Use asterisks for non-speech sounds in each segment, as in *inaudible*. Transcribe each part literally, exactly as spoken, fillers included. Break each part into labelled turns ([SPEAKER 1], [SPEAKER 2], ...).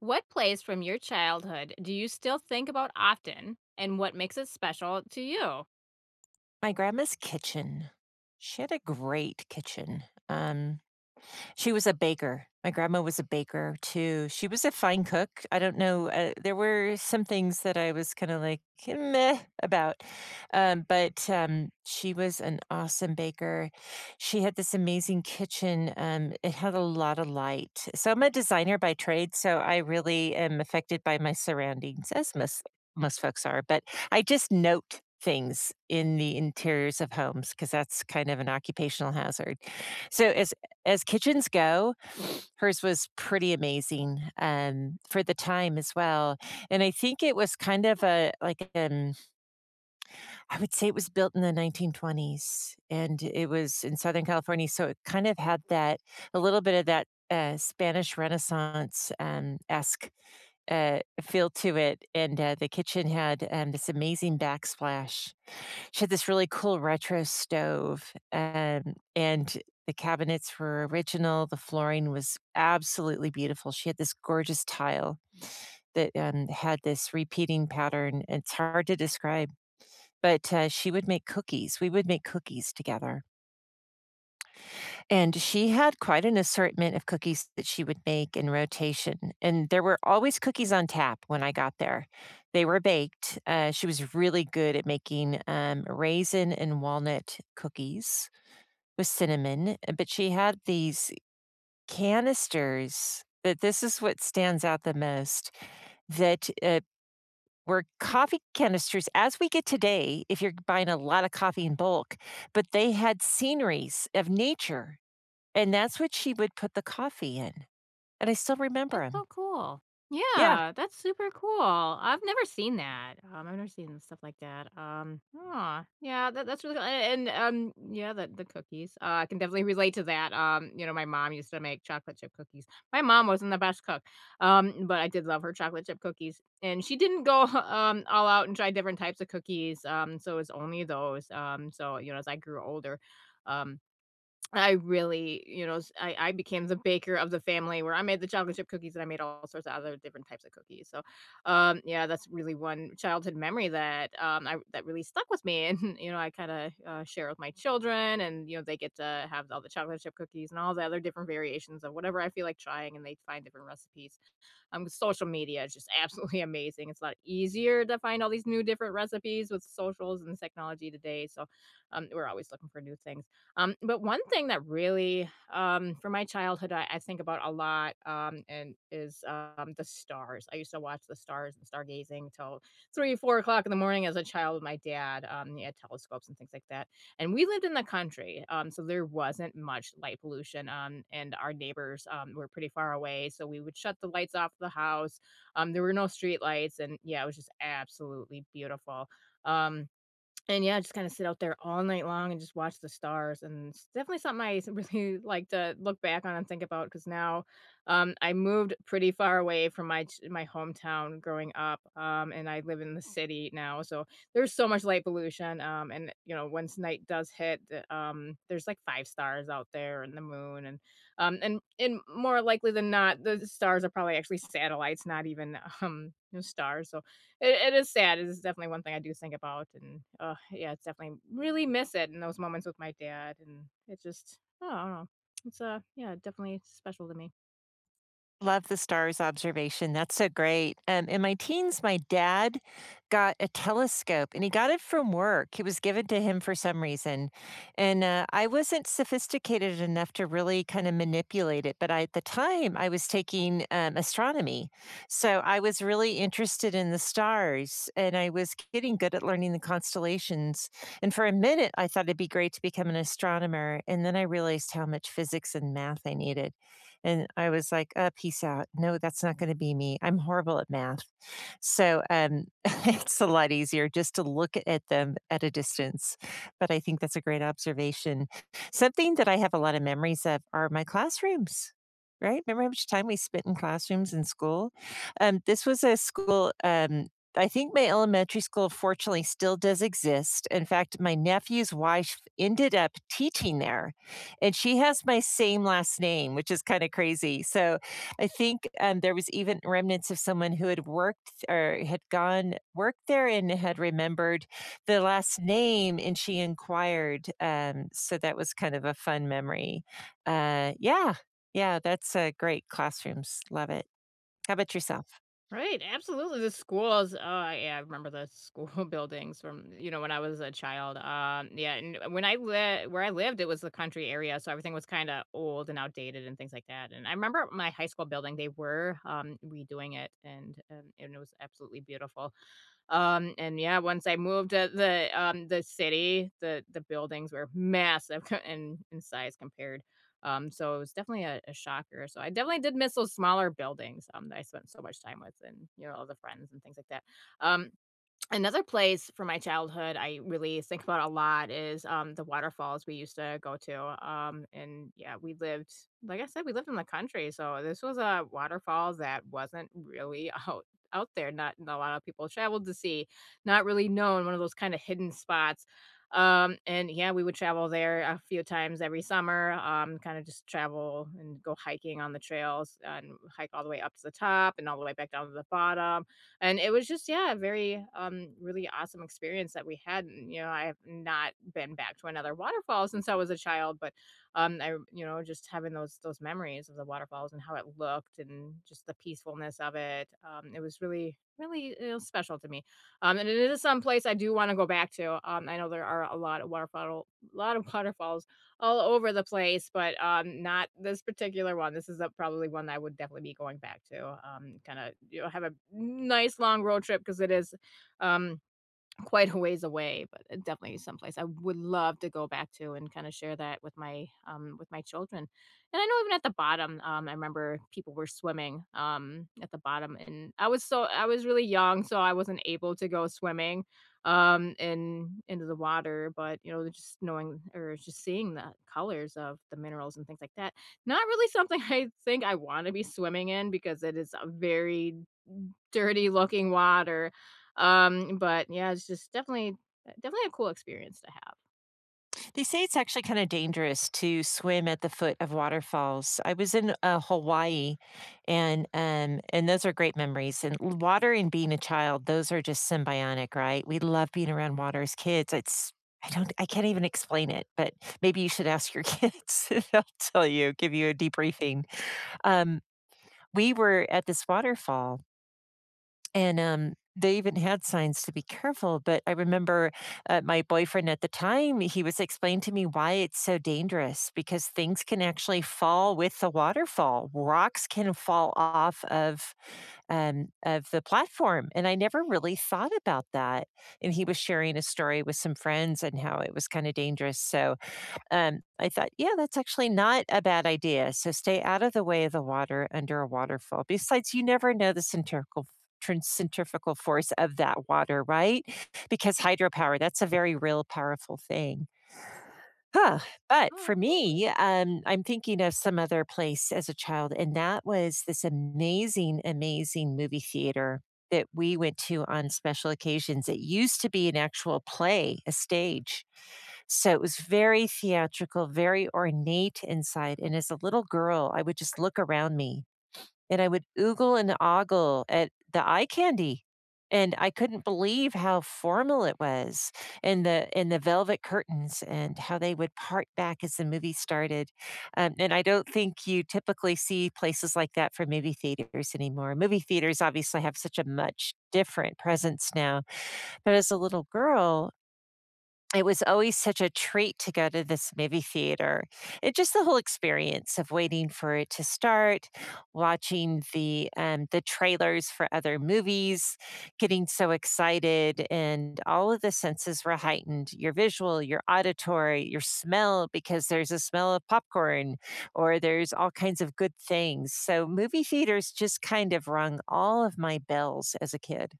[SPEAKER 1] What plays from your childhood do you still think about often, and what makes it special to you?
[SPEAKER 2] My grandma's kitchen. She had a great kitchen. Um, she was a baker. My grandma was a baker too. She was a fine cook. I don't know, uh, there were some things that I was kinda like, eh, "Meh," about, um, but, um, she was an awesome baker. She had this amazing kitchen. Um, it had a lot of light. So I'm a designer by trade, so I really am affected by my surroundings, as most most folks are, but I just note things in the interiors of homes because that's kind of an occupational hazard. So as as kitchens go, hers was pretty amazing, um, for the time as well, and I think it was kind of a like an I would say it was built in the nineteen twenties, and it was in Southern California, so it kind of had that a little bit of that, uh, Spanish Renaissance, um, esque, uh, feel to it, and, uh, the kitchen had, um, this amazing backsplash. She had this really cool retro stove, and and the cabinets were original, the flooring was absolutely beautiful. She had this gorgeous tile that, um, had this repeating pattern. It's hard to describe, but, uh, she would make cookies. We would make cookies together, and she had quite an assortment of cookies that she would make in rotation, and there were always cookies on tap when I got there. They were baked. Uh, she was really good at making, um, raisin and walnut cookies with cinnamon. Uh, but she had these canisters, that this is what stands out the most, that uh, were coffee canisters as we get today if you're buying a lot of coffee in bulk, but they had sceneries of nature. And that's what she would put the coffee in. And I still
[SPEAKER 1] That's
[SPEAKER 2] remember them.
[SPEAKER 1] so cool.
[SPEAKER 2] Yeah.
[SPEAKER 1] Yeah, that's super cool. I've never seen that. Um, I've never seen stuff like that. Um, aw, yeah, that, that's really cool. And, and, um, yeah, the the cookies. Uh, I can definitely relate to that. Um, you know, my mom used to make chocolate chip cookies. My mom wasn't the best cook, um, but I did love her chocolate chip cookies. And she didn't go *laughs* um all out and try different types of cookies. Um, so it was only those. Um, so you know, as I grew older, um, I really, you know, s I I became the baker of the family where I made the chocolate chip cookies and I made all sorts of other different types of cookies, so, um, yeah, that's really one childhood memory that, um, I that really stuck with me, *laughs* and, you know, I kinda, uh, share with my children and, you know, they get to have all the chocolate chip cookies and all the other different variations of whatever I feel like trying, and they find different recipes. Um, social media is just absolutely *laughs* amazing, it's a lot easier to find all these new different recipes with socials and technology today, so, um, we're always looking for new things. Um, but one thing that really, um, from my childhood, I, I think about a lot, um, and is um, the stars. I used to watch the stars and stargazing till three, four o'clock in the morning as a child with my dad. Um, he had telescopes and things like that. And we lived in the country, um, so there wasn't much light pollution. Um, and our neighbors um, were pretty far away, so we would shut the lights off the house. Um, there were no street lights, and yeah, it was just absolutely beautiful. Um, and yeah, just kinda sit out there all night long and just watch the stars, and it's definitely something I s *laughs* really like to look back on and think about. Because now, um, I moved pretty far away from my ch my hometown growing up, um, and I live in the city now, so there's so much light pollution, um, and, you know, once night does hit, the, um, there's like five stars out there and the moon and, um, and and more likely than not, the stars are probably actually satellites, not even, *laughs* um, you know, stars, so it it is sad, it is definitely one thing I do think about, and, uh, yeah, it's definitely really miss it in those moments with my dad, and it just oh, I don't know. It's, uh, yeah, definitely special to me.
[SPEAKER 2] Love the stars observation. That's so great. Um, in my teens, my dad got a telescope and he got it from work. It was given to him for some reason. And uh, I wasn't sophisticated enough to really kind of manipulate it. But I, at the time, I was taking um, astronomy. So I was really interested in the stars and I was getting good at learning the constellations. And for a minute, I thought it'd be great to become an astronomer. And then I realized how much physics and math I needed. And I was like, "Uh, peace out. No, that's not gonna be me. I'm horrible at math." So, um, *laughs* it's a lot easier just to look at them at a distance, but I think that's a great observation. Something that I have a lot of memories of are my classrooms, right? Remember how much time we spent in classrooms in school? Um, this was a school. um, I think my elementary school fortunately still does exist. In fact, my nephew's wife ended up teaching there, and she has my same last name, which is kind of crazy. So I think um, there was even remnants of someone who had worked or had gone worked there and had remembered the last name, and she inquired. Um, so that was kind of a fun memory. Uh, yeah, yeah, that's uh, great. Classrooms, love it. How about yourself?
[SPEAKER 1] Right, absolutely, the schools, oh, yeah, I remember the school *laughs* buildings from, you know, when I was a child, um, yeah, and when I lived where I lived, it was the country area, so everything was kinda old and outdated and things like that, and I remember my high school building, they were, um, redoing it, and, um, and it was absolutely beautiful. Um, and yeah, once I moved to the um the city, the the buildings were massive *laughs* in in size compared. Um, so it was definitely a, a shocker. So I definitely did miss those smaller buildings um that I spent so much time with and you know all the friends and things like that. Um, Another place from my childhood I really think about a lot is, um, the waterfalls we used to go to, um, and, yeah, we lived like I said, we lived in the country, so this was a waterfall that wasn't really *laughs* out out there, not not a lot of people traveled to see, not really known, one of those kinda hidden spots, um, and, yeah, we would travel there a few times every summer, um, kinda just travel and go hiking on the trails and hike all the way up to the top and all the way back down to the bottom. And it was just, yeah, a very, um, really awesome experience that we had. And, you know, I have not been back to another waterfall since I was a child, but um, I, you know, just having those those memories of the waterfalls and how it looked and just the peacefulness of it. Um, it was really, really you know, special to me. Um, and it is some place I do want to go back to. Um, I know there are a lot of waterfall, a lot of *laughs* waterfalls all over the place, but, um, not this particular one. This is a probably one that I would definitely be going back to, um, kinda, you know, have a nice long road trip because it is, um, quite a ways away, but it definitely someplace I would love to go back to and kinda share that with my, um with my children. And I know even at the bottom, um, I remember people were swimming, um, at the bottom, and I was so I was really young, so I wasn't able to go swimming, um, in into the water, but, you know, just knowing or just seeing the colors of the minerals and things like that. Not really something *laughs* I think I wanna be swimming in because it is a very dirty looking water, um, but yeah, it's just definitely definitely a cool experience to have.
[SPEAKER 2] They say it's actually kind of dangerous to swim at the foot of waterfalls. I was in uh, Hawaii, and um, and those are great memories. And l- water and being a child, those are just symbiotic, right? We love being around water as kids. It's I don't I can't even explain it, but maybe you should ask your *laughs* kids. They'll tell you, give you a debriefing. Um, we were at this waterfall and, um, they even had signs to be careful, but I remember, uh, my boyfriend at the time, he was explaining to me why it's so dangerous because things can actually fall with the waterfall. Rocks can fall off of, um, of the platform, and I never really thought about that. And he was sharing a story with some friends and how it was kinda dangerous, so um, I thought, yeah, that's actually not a bad idea. So stay out of the way of the water under a waterfall. Besides, you never know the centrifugal trin- centrifugal force of that water, right? Because hydropower, that's a very real powerful thing. Huh. But
[SPEAKER 1] Oh,
[SPEAKER 2] for
[SPEAKER 1] absolutely.
[SPEAKER 2] me, um, I'm thinking of some other place as a child, and that was this amazing, amazing movie theater that we went to on special occasions. It used to be an actual play, a stage. So it was very theatrical, very ornate inside. And as a little girl, I would just look around me and I would oogle and ogle at the eye candy. And I couldn't believe how formal it was and the and the velvet curtains and how they would part back as the movie started. Um, and I don't think you typically see places like that for movie theaters anymore. Movie theaters obviously have such a much different presence now. But as a little girl, it was always such a treat to go to this movie theater. It just the whole experience of waiting for it to start, watching the, um, the trailers for other movies, getting so excited, and all of the senses were heightened, your visual, your auditory, your smell, because there's a smell of popcorn or there's all kinds of good things. So movie theaters just kind of rung all of my bells as a kid.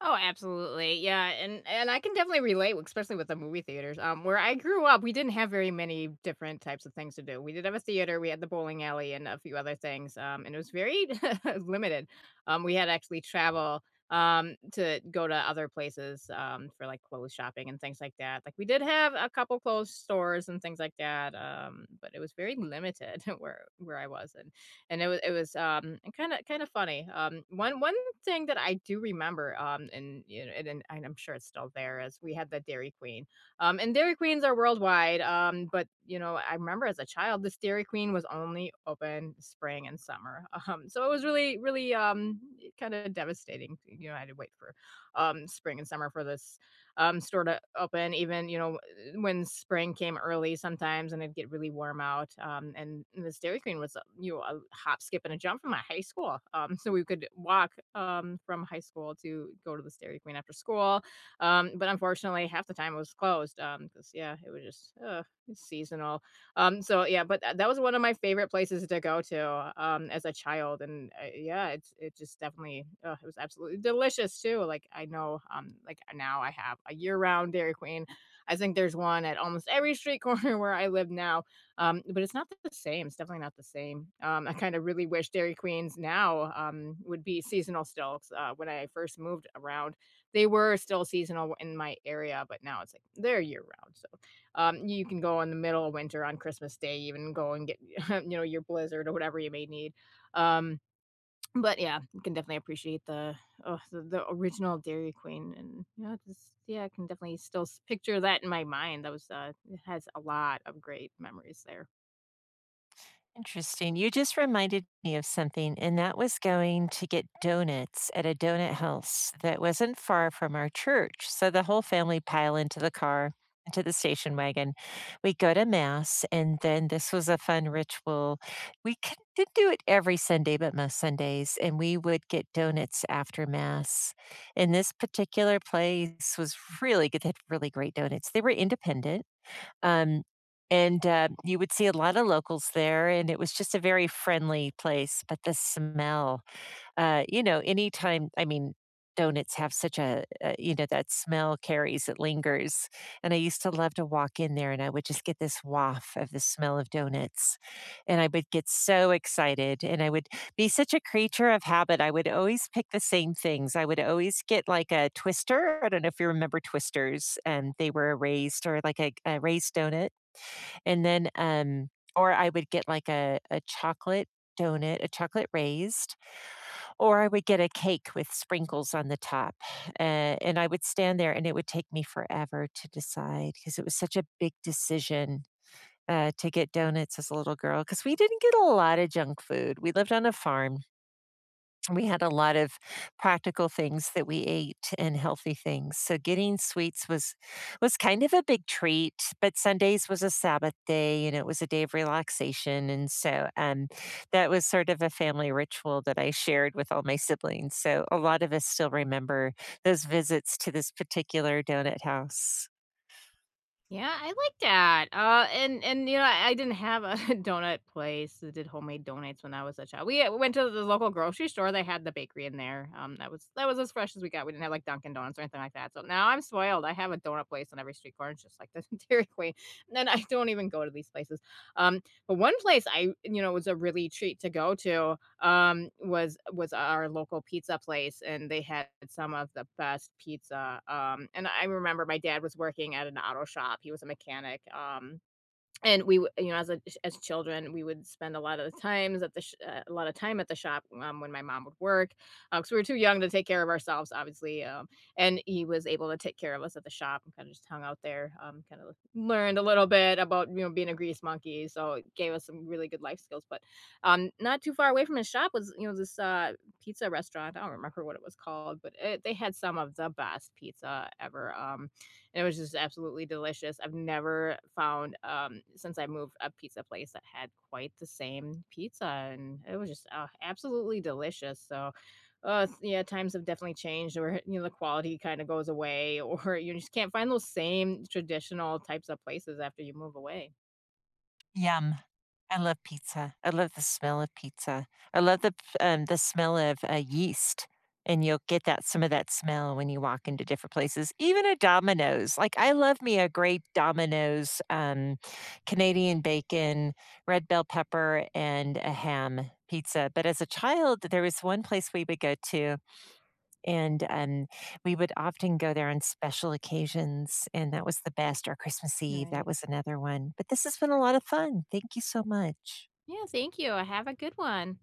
[SPEAKER 1] Oh, absolutely. Yeah, and and I can definitely relate, especially with the movie theaters. Um, where I grew up, we didn't have very many different types of things to do. We did have a theater, we had the bowling alley and a few other things. Um, and it was very *laughs* limited. Um, we had to actually travel um to go to other places um for like clothes shopping and things like that. Like we did have a couple clothes stores and things like that. Um, but it was very limited *laughs* where where I was and and it was it was um kind of kind of funny. Um, one one thing that I do remember, um, and you know, and, and I'm sure it's still there, is we had the Dairy Queen, um, and Dairy Queens are worldwide. Um, but you know, I remember as a child, this Dairy Queen was only open spring and summer. *laughs* Um, so it was really, really, um, kind of devastating. You know, I had to wait for, um, spring and summer for this um, store to open even, you know, eh, when spring came early sometimes and it'd get really warm out. Um, and this Dairy Queen was, uh, you know, a hop, skip, and a jump from my high school. Um, so we could walk um, from high school to go to this Dairy Queen after school. Um, but unfortunately, half the time it was closed because, yeah, it was just uh, seasonal um, so yeah, but tha that was one of my favorite places to go to, um, as a child, and, uh, yeah, it's it just definitely ugh, it was absolutely delicious too, like, I know, um, like, now I have a year-round Dairy Queen. I think there's one at almost every street corner *laughs* where I live now, um, but it's not the same, it's definitely not the same. Um, I kinda really wish Dairy Queens now, um, would be seasonal still, 'cause, uh, when I first moved around, they were still seasonal in my area, but now it's like they're year-round, so um, you can go in the middle of winter on Christmas Day, even go and get, *laughs* you know, your blizzard or whatever you may need. Um, but yeah, you can definitely appreciate the oh, the, the original Dairy Queen, and you know, just yeah, I can definitely still s- picture that in my mind. That was uh, it has a lot of great memories there.
[SPEAKER 2] Interesting. You just reminded me of something, and that was going to get donuts at a donut house that wasn't far from our church. So the whole family pile into the car, into the station wagon. We go to mass, and then this was a fun ritual. We c- did do it every Sunday, but most Sundays, and we would get donuts after mass. And this particular place was really good. They had really great donuts. They were independent, um, and uh, you would see a lot of locals there, and it was just a very friendly place. But the smell, uh, you know, anytime I mean, donuts have such a, a you know, that smell carries, it lingers. And I used to love to walk in there and I would just get this waft of the smell of donuts. And I would get so excited and I would be such a creature of habit. I would always pick the same things. I would always get like a twister. I don't know if you remember twisters, and they were a raised or like a, a raised donut. And then um or I would get like a, a chocolate donut, a chocolate raised, or I would get a cake with sprinkles on the top, uh, and I would stand there, and it would take me forever to decide because it was such a big decision, uh, to get donuts as a little girl. Because we didn't get a lot of junk food. We lived on a farm. We had a lot of practical things that we ate and healthy things. So getting sweets was was kind of a big treat, but Sundays was a Sabbath day and it was a day of relaxation. And so um, that was sort of a family ritual that I shared with all my siblings. So a lot of us still remember those visits to this particular donut house.
[SPEAKER 1] Yeah, I like that. Uh, and and you know, I I didn't have a *laughs* donut place that did homemade donuts when I was a child. We, uh, went to the local grocery store. They had the bakery in there. Um, that was that was as fresh as we got. We didn't have like Dunkin' Donuts or anything like that. So now I'm spoiled. I have a donut place on every street corner, just like the *laughs* Dairy Queen. And then I don't even go to these places. Um, but one place I, you know, was a really treat to go to um, was was our local pizza place, and they had some of the best pizza, um, and I remember my dad was working at an auto shop, he was a mechanic, um, and we wou you know, as a as children, we would spend a lot of the times at the sh uh, a lot of time at the shop, um, when my mom would work, because we were too young to take care of ourselves, obviously, um, and he was able to take care of us at the shop and kinda just hung out there, um, kinda learned a little bit about, you know, being a grease monkey, so it gave us some really good life skills, but, um, not too far away from his shop was, you know, this, uh, pizza restaurant, I don't remember what it was called, but it they had some of the best pizza ever, um, and it was just absolutely delicious. I've never found, um, since I moved, a pizza place that had quite the same pizza, and it was just, uh, absolutely delicious. So, uh, s yeah, times have definitely changed where, you know, the quality kinda goes away *laughs* or you just can't find those same traditional types of places after you move away.
[SPEAKER 2] Yum. I love pizza. I love the smell of pizza. I love the p um, the smell of, uh, yeast, and you'll get that some of that smell when you walk into different places. Even a Domino's, like, I love me a great Domino's, um, Canadian bacon, red bell pepper, and a ham pizza, but as a child, there was one place we would go to, and um, we would often go there on special occasions, and that was the best. Or Christmas Eve, that
[SPEAKER 1] Right.
[SPEAKER 2] was another one. But this has been a lot of fun. Thank you so much.
[SPEAKER 1] Yeah, thank you. Have a good one.